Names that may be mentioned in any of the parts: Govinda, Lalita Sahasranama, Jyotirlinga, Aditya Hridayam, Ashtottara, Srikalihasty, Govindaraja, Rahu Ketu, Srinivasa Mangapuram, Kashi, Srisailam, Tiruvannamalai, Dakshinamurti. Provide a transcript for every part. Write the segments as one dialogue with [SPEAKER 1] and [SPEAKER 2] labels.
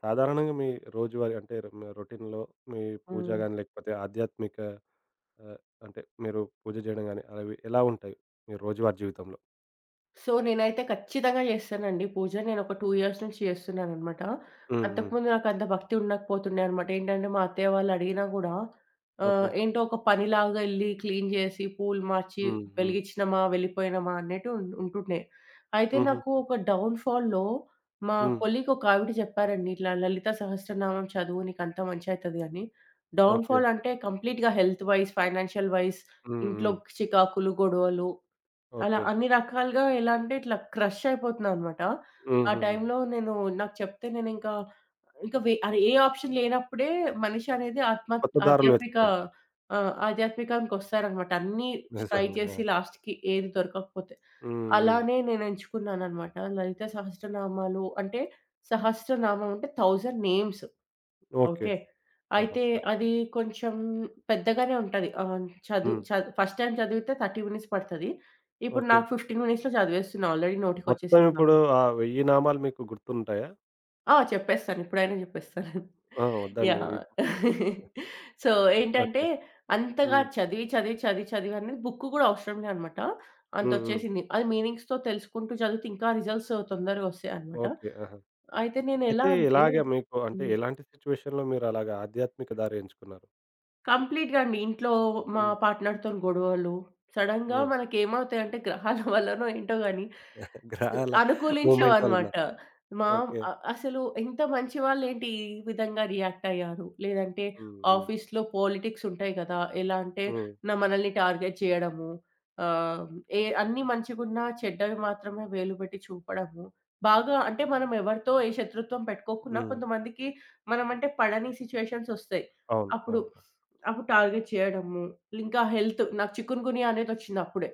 [SPEAKER 1] సాధారణంగా మీ రోజువారీ అంటే మీ రొటీన్‌లో మీ పూజ
[SPEAKER 2] హ్మ్.
[SPEAKER 1] గాని, లేకపోతే ఆధ్యాత్మిక ఆహ్, అంటే మీరు పూజ జేయడం గాని, అవి ఎలా ఉంటాయి మీ రోజువారీ జీవితంలో?
[SPEAKER 2] సో, నేనైతే ఖచ్చితంగా చేస్తానండి పూజ. నేనొక 2 ఇయర్స్ నుంచి చేస్తున్నాననమాట.
[SPEAKER 1] హ్మ్. హ్మ్.
[SPEAKER 2] అంతకుముందు నాకంత భక్తి ఉండకపోతుండే అనమాట. ఏంటంటే, మా అత్తయ్య వాళ్ళు అడిగినా గూడా
[SPEAKER 1] ఓకే.
[SPEAKER 2] ఏంటో ఒక పనిలాగా ఎళ్లి క్లీన్ చేసి, పూలు మార్చి,
[SPEAKER 1] హ్మ్. హ్మ్.
[SPEAKER 2] వెలిగిచ్చినమా, వెళ్ళిపోయినమా అన్నట్టు ఉంటుండే. అయితే
[SPEAKER 1] హుహు.
[SPEAKER 2] నాకు ఒక డౌన్‌ఫాల్‌లో మా
[SPEAKER 1] హ్మ్.
[SPEAKER 2] కొలీగ్ ఒక ఆవిడ చెప్పారండి. ఇట్లా లలిత సహస్రనామం చదువు నీకంతా మంచయితది అని.
[SPEAKER 1] ఓకే.
[SPEAKER 2] డౌన్‌ఫాల్ అంటే కంప్లీట్‌గా హెల్త్ వైస్, ఫైనాన్షియల్ వైస్,
[SPEAKER 1] హ్మ్.
[SPEAKER 2] ఇంట్లో
[SPEAKER 1] హ్మ్.
[SPEAKER 2] చికాకులు, గొడవలు అలా
[SPEAKER 1] ఓకే.
[SPEAKER 2] అన్ని రకాలుగా ఎలా అంటే ఇట్లా క్రష్ అయిపోతున్నానన్నమాట. ఆ
[SPEAKER 1] హుహుహు.
[SPEAKER 2] టైంలో నేను నాకు చెప్తే నేనింకా ఇంకా ఇంకా వే అరే ఏ ఆప్షన్ లేనప్పుడే మనిషి అనేది ఆత్మ
[SPEAKER 1] కొత్త దారులు
[SPEAKER 2] ఆధ్యాత్మిక
[SPEAKER 1] వెతుకుతాం.
[SPEAKER 2] ఆధ్యాత్మికానికొస్తారనమాట. అన్నీ ట్రై
[SPEAKER 1] నిజంగా.
[SPEAKER 2] చేసి లాస్ట్‌కి ఏది దొరకకపోతే.
[SPEAKER 1] హ్మ్. హ్మ్.
[SPEAKER 2] అలానే నేను ఎంచుకున్నాననమాట. లలిత సహస్రనామాలు అంటే సహస్రనామం అంటే 1000 నేమ్స్.
[SPEAKER 1] ఓకే.
[SPEAKER 2] ఓకే. అయితే
[SPEAKER 1] సహస్రంగా.
[SPEAKER 2] అది కొంచెం పెద్దగానే ఉంటది. చదువు
[SPEAKER 1] హ్మ్.
[SPEAKER 2] చదు ఫస్ట్ టైమ్ చదివితే 30 మినిట్స్ పడతది. ఇప్పుడు
[SPEAKER 1] ఓకే.
[SPEAKER 2] నాకు 15 మినిట్స్‌లో చదివేస్తున్నా ఆల్రెడీ
[SPEAKER 1] మొత్తం
[SPEAKER 2] నోటికొచ్చేసింది
[SPEAKER 1] ఇప్పుడు
[SPEAKER 2] కాబట్టి.
[SPEAKER 1] ఆ 1000 నామాలు మీకు గుర్తుంటాయా?
[SPEAKER 2] ఆ! చెప్పేస్తాను. ఇప్పుడైనా చెప్పేస్తాను.
[SPEAKER 1] ఆ! వద్దండి.
[SPEAKER 2] యాహ్! సో, ఏంటంటే
[SPEAKER 1] ఓకే.
[SPEAKER 2] అంతగా
[SPEAKER 1] హ్మ్.
[SPEAKER 2] చదివి, చదివి, చదివి, చదివి అనేది బుక్ కూడా అవసరం లేదనమాట.
[SPEAKER 1] హ్మ్. హ్మ్.
[SPEAKER 2] అంతొచ్చేసింది. అది మీనింగ్స్‌తో తెలుసుకుంటూ చదివితే ఇంకా రిజల్ట్స్ తొందరగా వస్తాయనమాట.
[SPEAKER 1] ఓకే. ఆహా!
[SPEAKER 2] అయితే నేనెలా
[SPEAKER 1] అయితే
[SPEAKER 2] అంటే
[SPEAKER 1] ఇలాగ మీకు అంటే
[SPEAKER 2] హ్మ్.
[SPEAKER 1] ఎలాంటి సిట్యుయేషన్‌లో మీరలాగా ఆధ్యాత్మిక దారి ఎంచుకున్నారు?
[SPEAKER 2] కంప్లీట్‌గా అండి. ఇంట్లో మా
[SPEAKER 1] హ్మ్.
[SPEAKER 2] పార్ట్‌నర్‌తోని గొడవలు, సడెన్‌గా
[SPEAKER 1] హ్మ్.
[SPEAKER 2] మనకేమవుతాయంటే గ్రహాల వల్లనో ఏంటో గాని స్
[SPEAKER 1] గ్రహాల మూమెంట్ వలన.
[SPEAKER 2] అనుకూలించవనమాట. మా
[SPEAKER 1] ఓకే.
[SPEAKER 2] అసలు ఎంత మంచి వాళ్ళేంటి ఈ విధంగా రియాక్ట్ అయ్యారు? లేదంటే
[SPEAKER 1] హ్మ్. హ్మ్.
[SPEAKER 2] ఆఫీస్‌లో పాలిటిక్స్ ఉంటాయి కదా! ఎలా అంటే
[SPEAKER 1] హ్మ్.
[SPEAKER 2] మనల్ని టార్గెట్ చేయడము, ఆహ్, అన్నీ మంచిగున్నా చెడ్డవి మాత్రమే వేలుపెట్టి చూపడము. బాగా అంటే మనం ఎవరితో ఏ శత్రుత్వం పెట్టుకోకున్నా
[SPEAKER 1] హ్మ్.
[SPEAKER 2] కొంతమందికి మనమంటే పడని సిట్యుయేషన్స్ ఒస్తాయి.
[SPEAKER 1] అవును.
[SPEAKER 2] అప్పుడు
[SPEAKER 1] అవును.
[SPEAKER 2] అప్పుడు టార్గెట్ చేయడము. ఇంకా హెల్త్ నాకు చికున్ గున్యా అనేదొచ్చిందప్పుడే.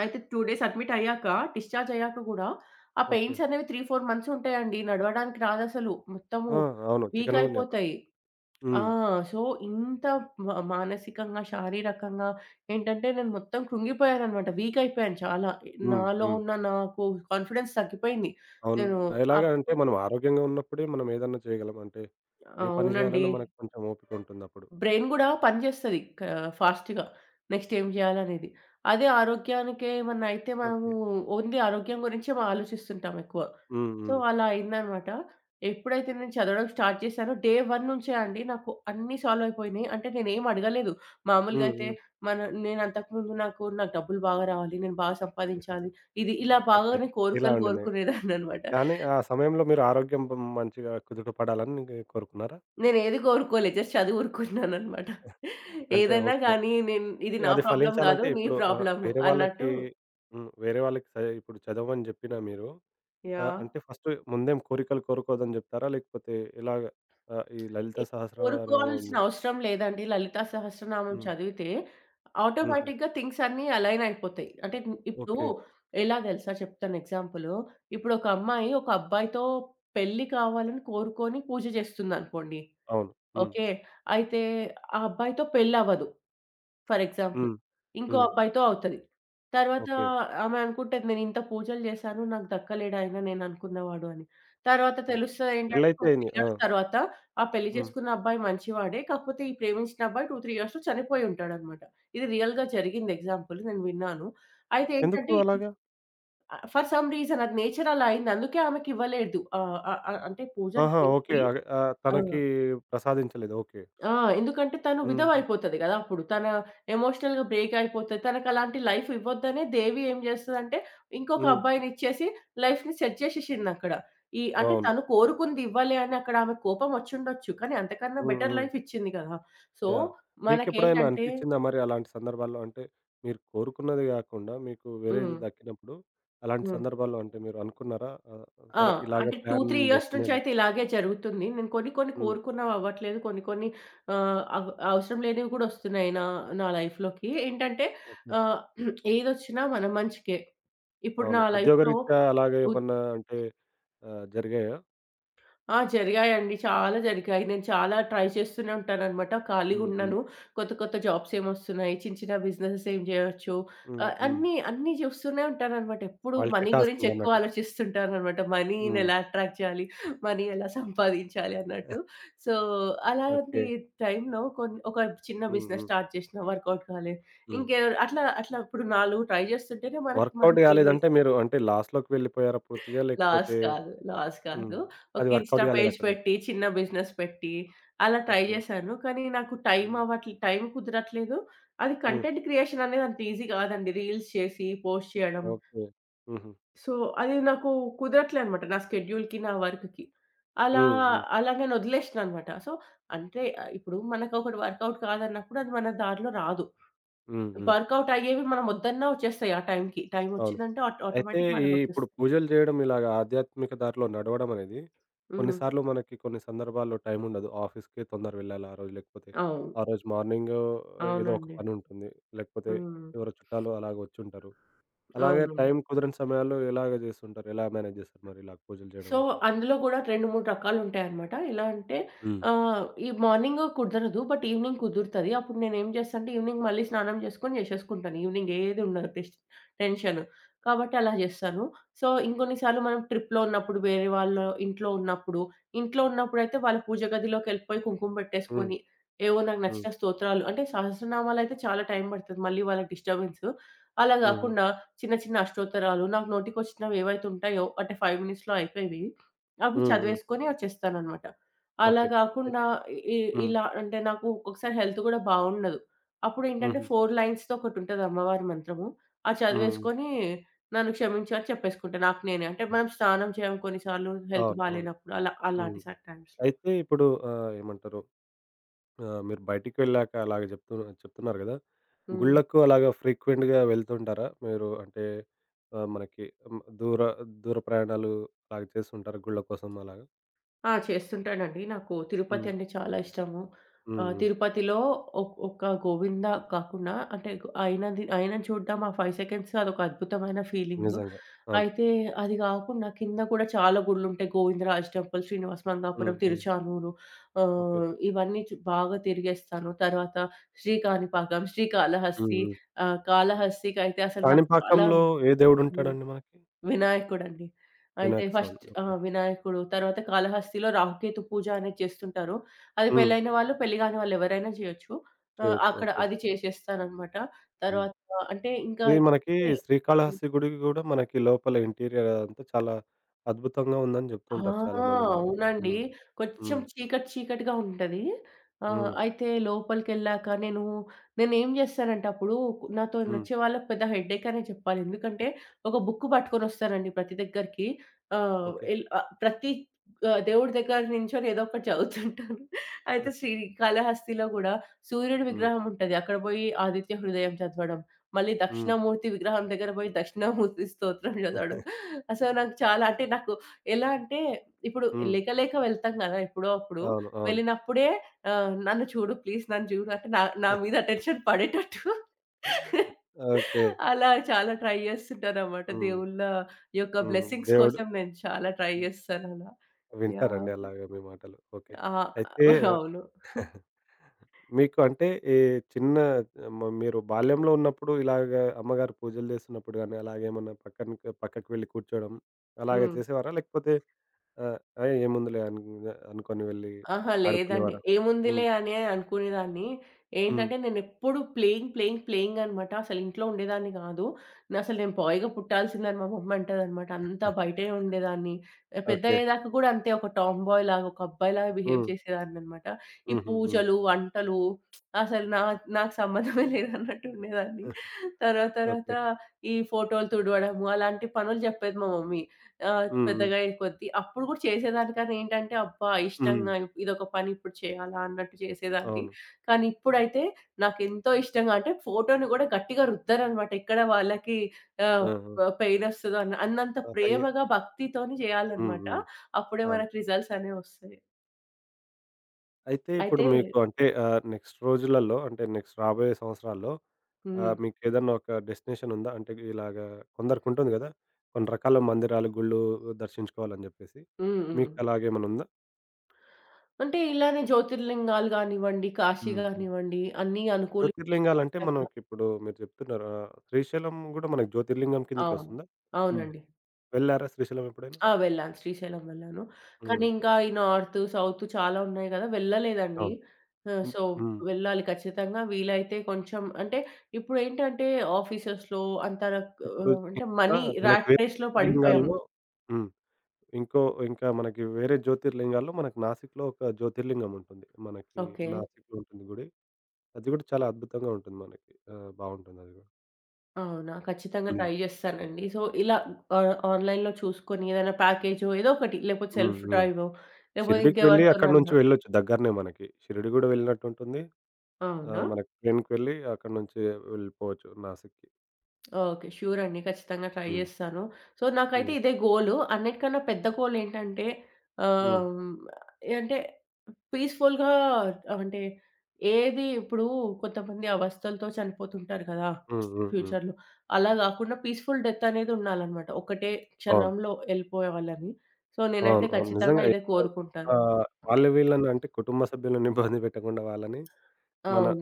[SPEAKER 2] అయితే 2 డేస్ అడ్మిట్ అయ్యాక, డిశ్చార్జ్ అయ్యాక గూడా ఆ
[SPEAKER 1] ఓకే.
[SPEAKER 2] పెయిన్స్ అనేవి 3, 4 మంత్స్ ఉంటాయండి. నడవడానికి రాదసలు. మొత్తము
[SPEAKER 1] ఆ! అవును.
[SPEAKER 2] వీక్
[SPEAKER 1] చికున్‌గున్యా తోటి.
[SPEAKER 2] అయిపోతాయి. ఆ!
[SPEAKER 1] హ్మ్.
[SPEAKER 2] సో, ఇంత మానసికంగా, శారీరకంగా ఏంటంటే నేను మొత్తం కృంగిపోయాననమాట. వీక్ అయిపోయాను చాలా.
[SPEAKER 1] హ్మ్.
[SPEAKER 2] నాలో
[SPEAKER 1] హ్మ్.
[SPEAKER 2] ఉన్న నాకు కాన్ఫిడెన్స్ తగ్గిపోయింది.
[SPEAKER 1] అవును.
[SPEAKER 2] నేను
[SPEAKER 1] ఎలాగా
[SPEAKER 2] అప్
[SPEAKER 1] అంటే మనం ఆరోగ్యంగా ఉన్నప్పుడే మనం ఏదన్నా చేయగలం. అంటే ఏ పని
[SPEAKER 2] అవునండి.
[SPEAKER 1] చేయాలన్నా మనకు కొంచెం ఓపిక ఉంటుందప్పుడు.
[SPEAKER 2] బ్రెయిన్ గూడా పని జేస్తది. ఫాస్ట్‌గా. నెక్స్ట్ ఏం జేయాలనేది. అదే ఆరోగ్యానికే ఏమన్నా అయితే మనము
[SPEAKER 1] ఓకే.
[SPEAKER 2] ఓన్లీ ఆరోగ్యం గురించే మనం ఆలోచిస్తుంటాం ఎక్కువ.
[SPEAKER 1] హ్మ్.
[SPEAKER 2] సో,
[SPEAKER 1] హ్మ్.
[SPEAKER 2] అలా అయిందనమాట. ఎప్పుడైతే నేను చదవడం స్టార్ట్ చేశానో డే 1 నుంచే అండి నాకు అన్నీ సాల్వ్ అయిపోయినాయి. అంటే నేనేం అడగలేదు. మామూలుగా
[SPEAKER 1] హ్మ్.
[SPEAKER 2] అయితే
[SPEAKER 1] హ్మ్.
[SPEAKER 2] మన నేను అంతకుముందు నాకు డబ్బులు బాగా రావాలి, నేను బాగా సంపాదించాలి, ఇది ఇలా
[SPEAKER 1] ఓకే.
[SPEAKER 2] బాగానే
[SPEAKER 1] ఇలా
[SPEAKER 2] కోరికలు
[SPEAKER 1] ఉండింది.
[SPEAKER 2] కోరుకునేదాన్ననమాట.
[SPEAKER 1] కానీ ఆ సమయంలో మీరు ఆరోగ్యం మంచిగా కుదుట పడాలని కోరుకున్నారా?
[SPEAKER 2] నేనేది కోరుకోలే. జస్ట్ చదువు ఊరుకున్నాననమాట.
[SPEAKER 1] అంటే
[SPEAKER 2] ఏదైనా
[SPEAKER 1] ఓకే.
[SPEAKER 2] గానీ నేను ఇది నా
[SPEAKER 1] అది
[SPEAKER 2] ప్రాబ్లమ్ గాదు.
[SPEAKER 1] ఫలించాలంటే
[SPEAKER 2] నీ
[SPEAKER 1] ఇప్పుడు
[SPEAKER 2] ప్రాబ్లము
[SPEAKER 1] వేరే
[SPEAKER 2] అన్నట్టు
[SPEAKER 1] వాళ్ళకి హ్మ్. వేరే వాళ్ళకి ఇప్పుడు చదవమని జెప్పినా మీరు
[SPEAKER 2] యాహ్!
[SPEAKER 1] అంటే ఫస్ట్ ముందేం కోరికలు కోరుకోవద్దని జెప్తారా? లేకపోతే ఎలాగ? ఈ లలిత
[SPEAKER 2] ఏం కోరుకోవాల్సిన
[SPEAKER 1] సహస్రనామాన్ని
[SPEAKER 2] అవసరం లేదండి. లలితా సహస్రనామం
[SPEAKER 1] హ్మ్.
[SPEAKER 2] చదివితే
[SPEAKER 1] హుహు.
[SPEAKER 2] ఆటోమేటిక్‌గా థింగ్స్ అన్నీ అలైన్ అయిపోతాయి. అంటే ఇప్పుడు
[SPEAKER 1] ఓకే.
[SPEAKER 2] ఎలా దెలుసా చెప్తాను ఎగ్జాంపులు. ఇప్పుడొక అమ్మాయి ఒక అబ్బాయితో పెళ్లి కావాలని కోరుకొని పూజ జేస్తుందనుకోండి.
[SPEAKER 1] అవును. హ్మ్.
[SPEAKER 2] ఓకే. అయితే ఆ అబ్బాయితో పెళ్లవ్వదు. For example.
[SPEAKER 1] హ్మ్.
[SPEAKER 2] ఇంకో
[SPEAKER 1] హ్మ్.
[SPEAKER 2] అబ్బాయితో అవుతది. తర్వాత
[SPEAKER 1] ఓకే.
[SPEAKER 2] ఆమె అనుకుంటది నేనింత పూజలు చేశాను. నాకు దక్కలేడాయన నేననుకున్నవాడు అని. తర్వాత
[SPEAKER 1] ఆ!
[SPEAKER 2] తెలుస్తదేంటంటే,
[SPEAKER 1] పెళ్లయితే
[SPEAKER 2] ఒక 3
[SPEAKER 1] అయింది. ఆ!
[SPEAKER 2] ఇయర్స్ తర్వాత ఆ పెళ్లి
[SPEAKER 1] హ్మ్.
[SPEAKER 2] చేసుకున్న అబ్బాయి మంచివాడే. కాకపోతే ఈ ప్రేమించిన అబ్బాయి 2, 3 ఇయర్స్‌లో చనిపోయి ఉంటాడనమాట. ఇది రియల్‌గా జరిగింది ఎగ్జాంపుల్. నేను విన్నాను. అయితే
[SPEAKER 1] ఎందుకు
[SPEAKER 2] ఏంటంటే
[SPEAKER 1] అలాగా?
[SPEAKER 2] ఫర్ సమ్ రీజన్ అది నేచర్ అలా అయింది. అందుకే ఆమెకివ్వలేదు. ఆహ్, ఆహ్, ఆహ్, అంటే పూజలు
[SPEAKER 1] ఆహా! ఓకే.
[SPEAKER 2] చేసి ఆ!
[SPEAKER 1] తనకి ప్రసాదించలేదు. ఓకే.
[SPEAKER 2] ఆ! ఎందుకంటే తను విధవ
[SPEAKER 1] హుహు.
[SPEAKER 2] అయిపోతది గదా! అప్పుడు. తన ఎమోషనల్‌గా బ్రేక్ అయిపోతది. తనకలాంటి లైఫ్ ఇవ్వద్దనే దేవి ఏం జేస్తదంటే, ఇంకొక
[SPEAKER 1] హ్మ్.
[SPEAKER 2] అబ్బాయినిచ్చేసి లైఫ్‌ని సెట్ చేసేసిందక్కడ. ఈ అంటే
[SPEAKER 1] అవును.
[SPEAKER 2] తను కోరుకుంది ఇవ్వాలి అని అక్కడ ఆమె కోపం వచ్చుండొచ్చు. కానీ అంతకన్నా
[SPEAKER 1] హ్మ్.
[SPEAKER 2] బెటర్
[SPEAKER 1] హ్మ్.
[SPEAKER 2] లైఫ్ ఇచ్చింది గదా! So,
[SPEAKER 1] yeah! మీకెప్పుడైనా
[SPEAKER 2] మనకేంటంటే
[SPEAKER 1] అనిపిచ్చిందా మరి అలాంటి సందర్భాల్లో? అంటే మీరు కోరుకున్నది గాకుండా మీకు వేరేది
[SPEAKER 2] హ్మ్.
[SPEAKER 1] దక్కినప్పుడు అలాంటి
[SPEAKER 2] హ్మ్.
[SPEAKER 1] సందర్భాల్లో అంటే మీరు అనుకున్నారా?
[SPEAKER 2] ఆ!
[SPEAKER 1] సరే ఇలాగ
[SPEAKER 2] అంటే 2,
[SPEAKER 1] ప్లాన్
[SPEAKER 2] 3 ఇయర్స్
[SPEAKER 1] జేసిందేమో
[SPEAKER 2] నుంచయితే ఇలాగే జరుగుతుంది. నేను కొన్ని కొన్ని
[SPEAKER 1] హ్మ్.
[SPEAKER 2] కోరుకున్నవవ్వట్లేదు. కొన్ని కొన్ని అవసరం లేనివి కూడా వస్తున్నాయి నా నా లైఫ్‌లోకి. ఏంటంటే
[SPEAKER 1] ఓకే.
[SPEAKER 2] ఆహ్, ఏదొచ్చినా మన మంచికే. ఇప్పుడు
[SPEAKER 1] అవును.
[SPEAKER 2] నా లైఫ్‌లో
[SPEAKER 1] ఉద్యోగరీత్యా అలాగే
[SPEAKER 2] ఉ
[SPEAKER 1] ఏమన్నా అంటే జరిగాయా?
[SPEAKER 2] ఆ! జరిగాయండి. చాలా జరిగాయి. నేను చాలా ట్రై చేస్తూనే ఉంటాననమాట.
[SPEAKER 1] హ్మ్. హ్మ్.
[SPEAKER 2] ఖాళీగున్నాను. కొత్త కొత్త జాబ్స్ ఏమొస్తున్నాయి, చిన్న చిన్న బిజినెసెస్ ఏం జేయొచ్చు,
[SPEAKER 1] హ్మ్. హ్మ్.
[SPEAKER 2] అన్నీ అన్నీ చూస్తూనే ఉంటాననమాట. ఎప్పుడు
[SPEAKER 1] మల్టీ
[SPEAKER 2] మనీ గురించి
[SPEAKER 1] టాస్కింగ్
[SPEAKER 2] ఎక్కువ
[SPEAKER 1] అన్నట్టు.
[SPEAKER 2] ఆలోచిస్తుంటాననమాట. మనీని
[SPEAKER 1] హ్మ్.
[SPEAKER 2] ఎలా అట్రాక్ట్ చేయాలి, మనీ ఎలా సంపాదించాలి అన్నట్టు. సో, అలాంటి
[SPEAKER 1] ఓకే.
[SPEAKER 2] టైంలో కొన్ని ఒక చిన్న
[SPEAKER 1] హ్మ్.
[SPEAKER 2] బిజినెస్
[SPEAKER 1] హ్మ్.
[SPEAKER 2] స్టార్ట్ చేసినా వర్కౌట్ కాలే.
[SPEAKER 1] హ్మ్.
[SPEAKER 2] ఇంకే అట్లా అట్లా ఇప్పుడు 4 ట్రై చేస్తుంటేనే మనకి
[SPEAKER 1] వర్కౌట్
[SPEAKER 2] మనకిది
[SPEAKER 1] గాలేదంటే మీరు అంటే లాస్‌లోకి వెళ్ళిపోయారా పూర్తిగా?
[SPEAKER 2] లాస్
[SPEAKER 1] లేకపోతే
[SPEAKER 2] కాదు. లాస్
[SPEAKER 1] హ్మ్.
[SPEAKER 2] కాదు. ఒక
[SPEAKER 1] అది
[SPEAKER 2] ఇన్‌స్టా
[SPEAKER 1] వర్కౌట్
[SPEAKER 2] పేజ్
[SPEAKER 1] గాలేదక్కడ నుంచి.
[SPEAKER 2] పెట్టి, చిన్న బిజినెస్ పెట్టి, అలా ట్రై
[SPEAKER 1] ఓకే.
[SPEAKER 2] జేశాను. కానీ నాకు
[SPEAKER 1] హ్మ్.
[SPEAKER 2] టైం కుదరట్లేదు. అది
[SPEAKER 1] హ్మ్.
[SPEAKER 2] కంటెంట్ క్రియేషన్ అనేది అంత ఈజీ గాదండి. రీల్స్ చేసి, పోస్ట్ చేయడం.
[SPEAKER 1] ఓకే. హుహు.
[SPEAKER 2] సో, అది నాకు కుదరట్లే అనమాట. నా స్కెడ్యూల్‌కి, నా వర్క్‌కి. అలా,
[SPEAKER 1] హ్మ్. హ్మ్.
[SPEAKER 2] అలా నేను వదిలేసినాననమాట. సో, అంటే ఇప్పుడు మనకు ఒకటి వర్కౌట్ కాదన్నప్పుడు అది మన దారిలో రాదు.
[SPEAKER 1] హ్మ్. హ్మ్.
[SPEAKER 2] వర్కౌట్ అయ్యేవి మనం వద్దన్నా వచ్చేస్తాయి ఆ టైంకి. టైం
[SPEAKER 1] అవును.
[SPEAKER 2] వచ్చిందంటే ఆటో
[SPEAKER 1] అయితే
[SPEAKER 2] ఆటోమేటిక్
[SPEAKER 1] ఈ ఇప్పుడు
[SPEAKER 2] మనకొచ్చేస్తాయి.
[SPEAKER 1] పూజలు జేయడం ఇలాగ ఆధ్యాత్మిక దారిలో నడవడం అనేది
[SPEAKER 2] హ్మ్.
[SPEAKER 1] కొన్నిసార్లు మనకి కొన్ని సందర్భాల్లో టైం ఉండదు. ఆఫీస్‌కి తొందర వెళ్ళాలి ఆ రోజు లేకపోతే
[SPEAKER 2] అవును.
[SPEAKER 1] ఆ రోజు మార్నింగ్ ఏదో ఒక
[SPEAKER 2] అవునండి.
[SPEAKER 1] పని ఉంటుంది. లేకపోతే
[SPEAKER 2] హ్మ్.
[SPEAKER 1] ఎవరో చుట్టాలు అలాగ వచ్చుంటారు. అలాగే
[SPEAKER 2] అవునండి.
[SPEAKER 1] టైం కుదరని సమయాల్లో ఎలాగ జేస్తుంటారు? ఎలా మేనేజ్ జేస్తారు మరి ఇలా పూజలు జేయడం
[SPEAKER 2] సో,
[SPEAKER 1] వాటిని?
[SPEAKER 2] అందులో గూడా 2, 3 రకాలుంటాయన్నమాట. ఎలా అంటే
[SPEAKER 1] హ్మ్.
[SPEAKER 2] ఈ మార్నింగ్ కుదరదు. బట్ ఈవినింగ్ కుదురుతది. అప్పుడు నేనేం చేస్తా అంటే ఈవినింగ్ మళ్ళీ స్నానం చేసుకొని చేసేసుకుంటాను. ఈవినింగ్ ఏది ఉండదు టెన్షన్. కాబట్టి అలా చేస్తాను. సో, ఇంకొన్ని సార్లు మనం ట్రిప్‌లో ఉన్నప్పుడు, వేరే వాళ్ళ ఇంట్లో ఉన్నప్పుడు, ఇంట్లో ఉన్నప్పుడైతే వాళ్ళ పూజ గదిలోకెళ్ళిపోయి కుంకుమ
[SPEAKER 1] హ్మ్.
[SPEAKER 2] పెట్టేసుకొని, ఏవో నాకు
[SPEAKER 1] హ్మ్.
[SPEAKER 2] నచ్చిన స్తోత్రాలు అంటే సహస్రనామాలయితే చాలా టైం పడతది. మళ్ళీ వాళ్ళకి డిస్టర్బెన్స్. అలా
[SPEAKER 1] హుహు.
[SPEAKER 2] గాకుండా చిన్న చిన్న అష్టోత్తరాలు నాకు నోటికొచ్చినవి ఏవైతే ఉంటాయో అంటే 5 మినిట్స్‌లో అయిపోయేవి. అవి
[SPEAKER 1] హ్మ్. హ్మ్.
[SPEAKER 2] చదివేసుకొని వచ్చేస్తాననమాట. అలా
[SPEAKER 1] ఓకే. అయి
[SPEAKER 2] గాకుండా ఇ ఇ-
[SPEAKER 1] హ్మ్.
[SPEAKER 2] ఇలా అంటే నాకు ఒక్కొక్కసారి హెల్త్ గూడా బావుండదు. అప్పుడేంటంటే
[SPEAKER 1] హుహు.
[SPEAKER 2] 4 లైన్స్‌తో ఒకటుంటది అమ్మవారి మంత్రము. అది
[SPEAKER 1] హ్మ్.
[SPEAKER 2] చదివేసుకొని నన్ను క్షమించు అని చెప్పేసుకుంటా నాకు నేనే. అంటే మనం స్నానం చేయం కొన్ని సార్లు హెల్త్
[SPEAKER 1] అవును. అవును.
[SPEAKER 2] బాలేనప్పుడు అలా
[SPEAKER 1] హ్మ్.
[SPEAKER 2] అలాంటి టైమ్స్‌లో.
[SPEAKER 1] అయితే ఇప్పుడు ఏమంటారు? ఆ! మీరు బయటికి వెళ్ళాక అలాగ చెప్తున్నారు గదా!
[SPEAKER 2] హ్మ్.
[SPEAKER 1] గుళ్ళకు అలాగా ఫ్రీక్వెంట్‌గా వెళ్తుంటారా? మీరు అంటే మనకి హ్మ్, దూర దూర ప్రయాణాలు అలాగ చేస్తుంటారు గుళ్ళ కోసం అలాగా?
[SPEAKER 2] ఆ! చేస్తుంటానండి. నాకు తిరుపతి
[SPEAKER 1] హ్మ్.
[SPEAKER 2] అంటే చాలా ఇష్టము.
[SPEAKER 1] హ్మ్. హ్మ్.
[SPEAKER 2] తిరుపతిలో ఒక్క గోవింద కాకుండా అంటే ఆయనది ఆయనని చూడ్డం ఆ 5 సెకండ్స్ అదొక అద్భుతమైన ఫీలింగు.
[SPEAKER 1] నిజంగా. అవును.
[SPEAKER 2] అయితే అది కాకుండా కింద కూడా చాలా గుడులుంటాయి. గోవిందరాజ్ టెంపుల్, శ్రీనివాస
[SPEAKER 1] హ్మ్.
[SPEAKER 2] మంగాపురం,
[SPEAKER 1] హ్మ్.
[SPEAKER 2] తిరుచానూరు
[SPEAKER 1] ఓకే.
[SPEAKER 2] ఇవన్నీ బాగా తిరిగేస్తాను. తర్వాత శ్రీకాణిపాకం,
[SPEAKER 1] హ్మ్.
[SPEAKER 2] శ్రీకాళహస్తి
[SPEAKER 1] హ్మ్.
[SPEAKER 2] కాళహస్తికైతే అసలు నాకు చాలా
[SPEAKER 1] కాణిపాకంలో ఏ
[SPEAKER 2] హ్మ్.
[SPEAKER 1] దేవుడుంటాడండి మనకి?
[SPEAKER 2] వినాయకుడండి. అయితే
[SPEAKER 1] వినాయక స్వామి.
[SPEAKER 2] ఫస్ట్ ఆ!
[SPEAKER 1] ఓకే.
[SPEAKER 2] వినాయకుడు, తర్వాత కాళహస్తిలో రాహుకేతు పూజ అనేది చేస్తుంటారు. అది
[SPEAKER 1] హ్మ్.
[SPEAKER 2] పెళ్లైన వాళ్ళు, పెళ్లి కాని వాళ్ళు ఎవరైనా చేయొచ్చు.
[SPEAKER 1] చేయొచ్చు.
[SPEAKER 2] అక్కడ
[SPEAKER 1] ఓకే.
[SPEAKER 2] అది చేసేస్తాననమాట.
[SPEAKER 1] హ్మ్.
[SPEAKER 2] తర్వాత అంటే ఇంకా
[SPEAKER 1] ఇది మనకి
[SPEAKER 2] ఎట్లంటే
[SPEAKER 1] శ్రీకాళహస్తి గుడికి గూడా మనకి లోపల ఇంటీరియర్ అదంతా చాలా అద్భుతంగా ఉందని జెప్తూ
[SPEAKER 2] ఆ!
[SPEAKER 1] ఉంటారు చాలామంది మనకి.
[SPEAKER 2] అవునండి.
[SPEAKER 1] హ్మ్.
[SPEAKER 2] కొంచెం
[SPEAKER 1] హ్మ్.
[SPEAKER 2] చీకటి చీకటిగా ఉంటది. ఆ!
[SPEAKER 1] హ్మ్.
[SPEAKER 2] అయితే లోపలికెళ్ళాక నేనేం జేస్తానంటే అప్పుడు నాతోని
[SPEAKER 1] హ్మ్.
[SPEAKER 2] వచ్చే వాళ్ళకి పెద్ద హెడ్‌ఏక్ అనే చెప్పాలి. ఎందుకంటే ఒక బుక్ పట్టుకొనొస్తానండి ప్రతి దగ్గరికి.
[SPEAKER 1] ఓకే.
[SPEAKER 2] ప్రతి దేవుడి దగ్గర నించొని ఏదో ఒకటి చదువుతుంటాను. అయితే శ్రీకాళహస్తిలో గూడా సూర్యుడి
[SPEAKER 1] హ్మ్.
[SPEAKER 2] విగ్రహం ఉంటది. అక్కడ బోయి ఆదిత్య హృదయం చదవడం, మళ్ళీ
[SPEAKER 1] హ్మ్.
[SPEAKER 2] దక్షిణామూర్తి విగ్రహం దగ్గర బోయి దక్షిణామూర్తి స్తోత్రం చదవడం. అసలు నాకు చాలా అంటే నాకు ఎలా అంటే, ఇప్పుడు
[SPEAKER 1] హ్మ్.
[SPEAKER 2] లేక లేక వెళ్తాం గదా! ఎప్పుడో అప్పుడు.
[SPEAKER 1] అవును. అవును.
[SPEAKER 2] వెళ్ళినప్పుడే "నన్ను చూడు ప్లీజ్ నన్ను చూడు" అంటే నా నా మీద అటెన్షన్ పడేటట్టు
[SPEAKER 1] ఓకే.
[SPEAKER 2] అలా చాలా ట్రై చేస్తుంటానన్నమాట.
[SPEAKER 1] హ్మ్.
[SPEAKER 2] దేవుళ్ళ యొక్క
[SPEAKER 1] హ్మ్.
[SPEAKER 2] బ్లెస్సింగ్స్
[SPEAKER 1] దేవుడు
[SPEAKER 2] కోసం నేను చాలా ట్రై చేస్తానలా.
[SPEAKER 1] వింటారండి
[SPEAKER 2] యాహ్!
[SPEAKER 1] అలాగా మీ మాటలు. ఓకే.
[SPEAKER 2] ఆ!
[SPEAKER 1] అయితే
[SPEAKER 2] అవును.
[SPEAKER 1] మీకు అంటే ఈ చిన్న మీరు బాల్యంలో ఉన్నప్పుడు ఇలాగ అమ్మగారు పూజలు చేస్తున్నప్పుడు గాని, అలాగేమన్నా పక్కకి వెళ్లి కూర్చోవడం అలాగే
[SPEAKER 2] హ్మ్.
[SPEAKER 1] చేసేవారా? లేకపోతే ఆహ్, "ఏయ్! ఏముందిలే" అనుకోని వెళ్లి
[SPEAKER 2] ఆహా! లేదండి.
[SPEAKER 1] ఆడుకునేవారా? హ్మ్.
[SPEAKER 2] ఏముందిలే అనే అనుకునేదాన్ని.
[SPEAKER 1] హ్మ్.
[SPEAKER 2] ఏంటంటే నేనెప్పుడు ప్లేయింగ్, ప్లేయింగ్, ప్లేయింగ్ అనమాట. అసలు ఇంట్లో ఉండేదాన్ని గాదు. అసలు నేను బాయ్‌గా పుట్టాల్సిందని మా మమ్మీ అంటదనమాట. అంతా బయటే ఉండేదాన్ని.
[SPEAKER 1] ఓకే.
[SPEAKER 2] పెద్దయ్యేదాకా గూడా అంతే ఒక టామ్ బాయ్ లాగా, ఒక అబ్బాయిలాగా బిహేవ్
[SPEAKER 1] హ్మ్.
[SPEAKER 2] చేసేదాన్ననమాట. ఈ
[SPEAKER 1] హుహు. హ్మ్.
[SPEAKER 2] పూజలు, వంటలు అసలు నాకు సంబంధమే లేదన్నట్టు ఉండేదాన్ని. తర్వాత తర్వాత
[SPEAKER 1] ఓకే.
[SPEAKER 2] ఈ ఫోటోలు తుడవడము అలాంటి పనులు జెప్పేది మా మమ్మీ. ఆ!
[SPEAKER 1] హ్మ్. హ్మ్.
[SPEAKER 2] పెద్దగా అయ్యే కొద్దీ అప్పుడు గూడా చేసేదాన్ని. కానీ ఏంటంటే, అబ్బా!
[SPEAKER 1] హ్మ్.
[SPEAKER 2] ఇష్టంగా ఇదొక పని ఇప్పుడు చేయాలా అన్నట్టు చేసేదాన్ని.
[SPEAKER 1] అవును.
[SPEAKER 2] కానీ ఇప్పుడైతే నాకెంతో ఇష్టంగా అంటే ఫోటోని గూడా గట్టిగా రుద్దరనమాట. ఎక్కడ వాళ్ళకి ఆహ్,
[SPEAKER 1] ఆహా!
[SPEAKER 2] వ పెయినొస్తదో అన్నంత
[SPEAKER 1] ఆ! అయ్యో!
[SPEAKER 2] ప్రేమగా, భక్తితోని
[SPEAKER 1] హ్మ్.
[SPEAKER 2] చేయాలనమాట.
[SPEAKER 1] హ్మ్.
[SPEAKER 2] అప్పుడే
[SPEAKER 1] అవును.
[SPEAKER 2] మనకు రిజల్ట్స్ అనేవొస్తాయి.
[SPEAKER 1] అయితే ఇప్పుడు
[SPEAKER 2] అయితే
[SPEAKER 1] మీకు అంటే నెక్స్ట్ రోజులలో అంటే నెక్స్ట్ రాబోయే సంవత్సరాల్లో
[SPEAKER 2] హ్మ్.
[SPEAKER 1] ఆహ్, మీకేదన్నా ఒక డెస్టినేషన్ ఉందా? అంటే ఇలాగా కొందరికుంటుంది గదా! కొన్ని రకాల మందిరాలు, గుళ్ళు దర్శించుకోవాలని జెప్పేసి.
[SPEAKER 2] హ్మ్. హ్మ్.
[SPEAKER 1] మీకు అలాగేమన్నా ఉందా?
[SPEAKER 2] అంటే ఇలానే జ్యోతిర్లింగాలు గానివ్వండి, కాశీ
[SPEAKER 1] హ్మ్. హ్మ్.
[SPEAKER 2] గానివ్వండి అన్నీ
[SPEAKER 1] జ్యోతిర్లింగాలంటే
[SPEAKER 2] అనుకూలితంగా.
[SPEAKER 1] మనకిప్పుడు మీరు చెప్తున్నారు. ఆహ్, శ్రీశైలం గూడా మనకి జ్యోతిర్లింగం కిందకే
[SPEAKER 2] అవును.
[SPEAKER 1] వస్తుందా? హ్మ్.
[SPEAKER 2] అవునండి.
[SPEAKER 1] వెళ్లారా శ్రీశైలం ఎప్పుడైనా?
[SPEAKER 2] ఆ! వెళ్ళాను. శ్రీశైలం వెళ్ళాను. కానీ
[SPEAKER 1] హ్మ్.
[SPEAKER 2] ఇంకా ఈ నార్త్, సౌత్ చాలా ఉన్నాయి గదా! వెళ్ళలేదండి.
[SPEAKER 1] అవును. హ్మ్.
[SPEAKER 2] సో,
[SPEAKER 1] హ్మ్.
[SPEAKER 2] వెళ్ళాలి ఖచ్చితంగా. వీలైతే కొంచెం అంటే ఇప్పుడేంటంటే ఆఫీసెస్‌లో అంత
[SPEAKER 1] ఇప్పుడు
[SPEAKER 2] అంటే
[SPEAKER 1] ఇంకా
[SPEAKER 2] మనీ
[SPEAKER 1] మనకి
[SPEAKER 2] ర్యాట్
[SPEAKER 1] వేరే
[SPEAKER 2] రేస్‌లో పడిపోయాం.
[SPEAKER 1] జ్యోతిర్లింగాల్లో హ్మ్. ఇంకో ఇంకా మనకి వేరే జ్యోతిర్లింగాల్లో మనకి నాసిక్‌లో ఒక జ్యోతిర్లింగం ఉంటుంది. మనకి
[SPEAKER 2] ఓకే.
[SPEAKER 1] నాసిక్‌లో ఉంటుంది గుడి. అది గూడా చాలా అద్భుతంగా ఉంటుంది మనకి. ఆహ్, బావుంటుంది అది గూడా.
[SPEAKER 2] అవునా! ఖచ్చితంగా
[SPEAKER 1] హ్మ్.
[SPEAKER 2] ట్రై జేస్తానండి. సో, ఇలా ఆన్‌లైన్‌లో చూసుకొని ఏదైనా ప్యాకేజో ఏదో ఒకటి లేకపోతే
[SPEAKER 1] హ్మ్.
[SPEAKER 2] సెల్ఫ్
[SPEAKER 1] హ్మ్.
[SPEAKER 2] డ్రైవో లేకపోతే
[SPEAKER 1] షిరిడీకి వెళ్ళి అక్కడి నుంచి
[SPEAKER 2] ఇంకెవరితోనన్నా
[SPEAKER 1] వెళ్ళొచ్చు దగ్గరనే మనకి. షిరిడి గూడా వెళ్ళినట్టు ఉంటుంది.
[SPEAKER 2] అవునా?
[SPEAKER 1] ఆహ్, మనకి ట్రైన్‌కి వెళ్ళి అక్కడి నుంచి వెళ్ళిపోవచ్చు నాసిక్‌కి.
[SPEAKER 2] ఓకే. ష్యూర్ అండి. ఖచ్చితంగా ట్రై
[SPEAKER 1] హ్మ్.
[SPEAKER 2] జేస్తాను. సో, నాకైతే
[SPEAKER 1] హ్మ్.
[SPEAKER 2] ఇదే గోలు. అన్నిటికన్నా పెద్ద గోల్ ఏంటంటే
[SPEAKER 1] హ్మ్.
[SPEAKER 2] ఆహ్, అంటే పీస్‌ఫుల్‌గా అంటే ఏది ఇప్పుడు కొంతమంది అవస్థలతో చనిపోతుంటారు కదా!
[SPEAKER 1] హ్మ్. హ్మ్. హ్మ్.
[SPEAKER 2] ఫ్యూచర్‌లో. అలా గాకుండా పీస్‌ఫుల్ డెత్ అనేది ఉండాలనమాట. ఒకటే
[SPEAKER 1] అవును.
[SPEAKER 2] క్షణంలో ఎళ్ళిపోయేవాళ్ళని. సో,
[SPEAKER 1] అవును.
[SPEAKER 2] నేనైతే
[SPEAKER 1] అవును.
[SPEAKER 2] ఖచ్చితంగా
[SPEAKER 1] నిజంగా
[SPEAKER 2] ఇదే కోరుకుంటాను.
[SPEAKER 1] వాళ్ళు వీళ్ళని అంటే కుటుంబ సభ్యులను ఇబ్బంది పెట్టకుండా వాళ్ళని మన
[SPEAKER 2] అవును.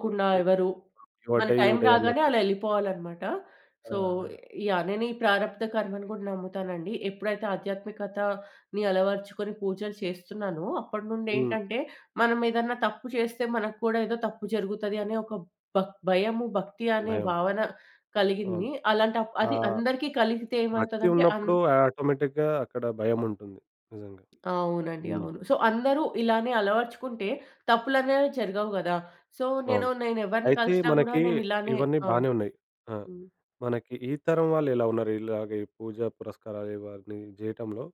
[SPEAKER 1] హ్మ్. ఈ
[SPEAKER 2] ఎవరు,
[SPEAKER 1] "యువర్
[SPEAKER 2] మన
[SPEAKER 1] డే యూ
[SPEAKER 2] టైం
[SPEAKER 1] డే"
[SPEAKER 2] రాగానే
[SPEAKER 1] అన్నట్టు.
[SPEAKER 2] అలా ఎళ్ళిపోవాలనమాట.
[SPEAKER 1] ఆ!
[SPEAKER 2] సో,
[SPEAKER 1] ఆ!
[SPEAKER 2] యాహ్! నేను ఈ ప్రారబ్ధ కర్మని గూడా నమ్ముతానండి. ఎప్పుడైతే ఆధ్యాత్మికతని అలవరుచుకొని పూజలు చేస్తున్నానో, అప్పటి
[SPEAKER 1] హ్మ్.
[SPEAKER 2] నుండేంటంటే, మనం ఏదన్నా తప్పు చేస్తే మనకు కూడా ఏదో తప్పు జరుగుతది అనే ఒక భయము, భక్తి అనే
[SPEAKER 1] భయం.
[SPEAKER 2] భావన
[SPEAKER 1] అవును.
[SPEAKER 2] కలిగింది. అది
[SPEAKER 1] ఆహ్,
[SPEAKER 2] అందరికీ కలిగితే
[SPEAKER 1] భక్తి
[SPEAKER 2] ఏమవుతదంటే
[SPEAKER 1] ఉన్నప్పుడు ఆటోమేటిక్‌గా అక్కడ భయముంటుంది. నిజంగా.
[SPEAKER 2] అవునండి.
[SPEAKER 1] హ్మ్.
[SPEAKER 2] అవును. సో, అందరూ ఇలానే అలవర్చుకుంటే తప్పులనేవి జరగవు గదా! సో,
[SPEAKER 1] అవును.
[SPEAKER 2] నేనెవరిని
[SPEAKER 1] అయితే
[SPEAKER 2] కలిసినా గూడా
[SPEAKER 1] మనకి
[SPEAKER 2] నేనిలానే
[SPEAKER 1] ఇవన్నీ
[SPEAKER 2] ఆ!
[SPEAKER 1] బానే ఉన్నాయి. ఆ!
[SPEAKER 2] హ్మ్.
[SPEAKER 1] మనకి ఈ తరం వాళ్ళు ఎలా ఉన్నారు? ఇలాగ ఈ పూజ పురస్కారాలు ఇవన్నీ జేయటంలో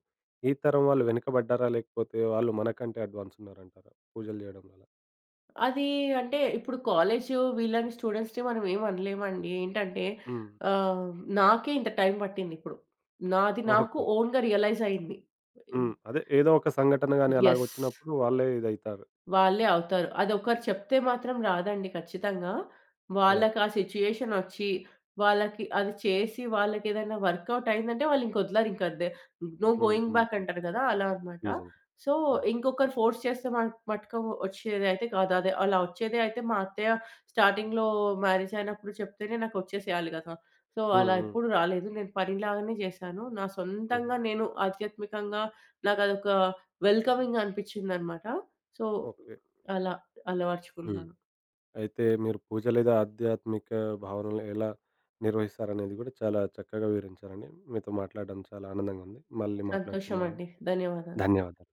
[SPEAKER 1] ఈ తరం వాళ్ళు వెనుకబడ్డారా? లేకపోతే వాళ్ళు మనకంటే అడ్వాన్స్ ఉన్నారంటారా? పూజలు జేయడం వల్ల?
[SPEAKER 2] అది అంటే ఇప్పుడు కాలేజు వీళ్ళని స్టూడెంట్స్‌ని మనం ఏం అనలేమండి. ఏంటంటే
[SPEAKER 1] హ్మ్.
[SPEAKER 2] ఆహ్, నాకే ఇంత టైం పట్టిందిప్పుడు. నాది నాకు
[SPEAKER 1] ఓకే.
[SPEAKER 2] ఓన్‌గా రియలైజ్ అయింది.
[SPEAKER 1] హ్మ్. అదే ఏదో ఒక సంఘటన గాని
[SPEAKER 2] యెస్.
[SPEAKER 1] అలాగొచ్చినప్పుడు వాళ్ళే ఇదైతారు.
[SPEAKER 2] వాళ్ళే అవుతారు. అదొకరు చెప్తే మాత్రం రాదండి ఖచ్చితంగా.
[SPEAKER 1] యాహ్!
[SPEAKER 2] వాళ్ళకి ఆ సిట్యుయేషన్ ఒచ్చి, వాళ్ళకి అది చేసి వాళ్ళకేదైనా వర్కౌట్ అయిందంటే వాళ్ళింకొదలరు ఇంక అంతే. నో
[SPEAKER 1] హ్మ్.
[SPEAKER 2] గోయింగ్
[SPEAKER 1] హ్మ్.
[SPEAKER 2] బ్యాక్ అంటారు కదా! అలా అన్నమాట.
[SPEAKER 1] నిజంగా.
[SPEAKER 2] సో,
[SPEAKER 1] అవును.
[SPEAKER 2] ఇంకొకరు ఫోర్స్ చేస్తే మటుకు ఒచ్చేదైతే కాదు. అదే అలా ఒచ్చేదే అయితే మా అత్తయ్య స్టార్టింగ్‌లో మ్యారేజ్ అయినప్పుడు చెప్తేనే నాకొచ్చేసేయాలి కదా! సో,
[SPEAKER 1] హ్మ్.
[SPEAKER 2] అలా
[SPEAKER 1] హ్మ్.
[SPEAKER 2] ఎప్పుడు రాలేదు. నేను పనిలాగానే చేశాను. నా
[SPEAKER 1] హుహు.
[SPEAKER 2] సొంతంగా నేను ఆధ్యాత్మికంగా నాకదొక వెల్కమింగ్ అనిపించిందన్నమాట. So,
[SPEAKER 1] okay.
[SPEAKER 2] అలా
[SPEAKER 1] హ్మ్.
[SPEAKER 2] అలవర్చుకున్నాను.
[SPEAKER 1] అయితే మీరు పూజ లేదా ఆధ్యాత్మిక భావనలు ఎలా నిర్వహిస్తారనేది కూడా చాలా చక్కగా వివరించారండి. మీతో మాట్లాడడం చాలా ఆనందంగా ఉంది. మళ్ళీ మాట్లాడుకుందామండి.
[SPEAKER 2] సంతోషమండి. ధన్యవాదాలు.
[SPEAKER 1] ధన్యవాదాలు.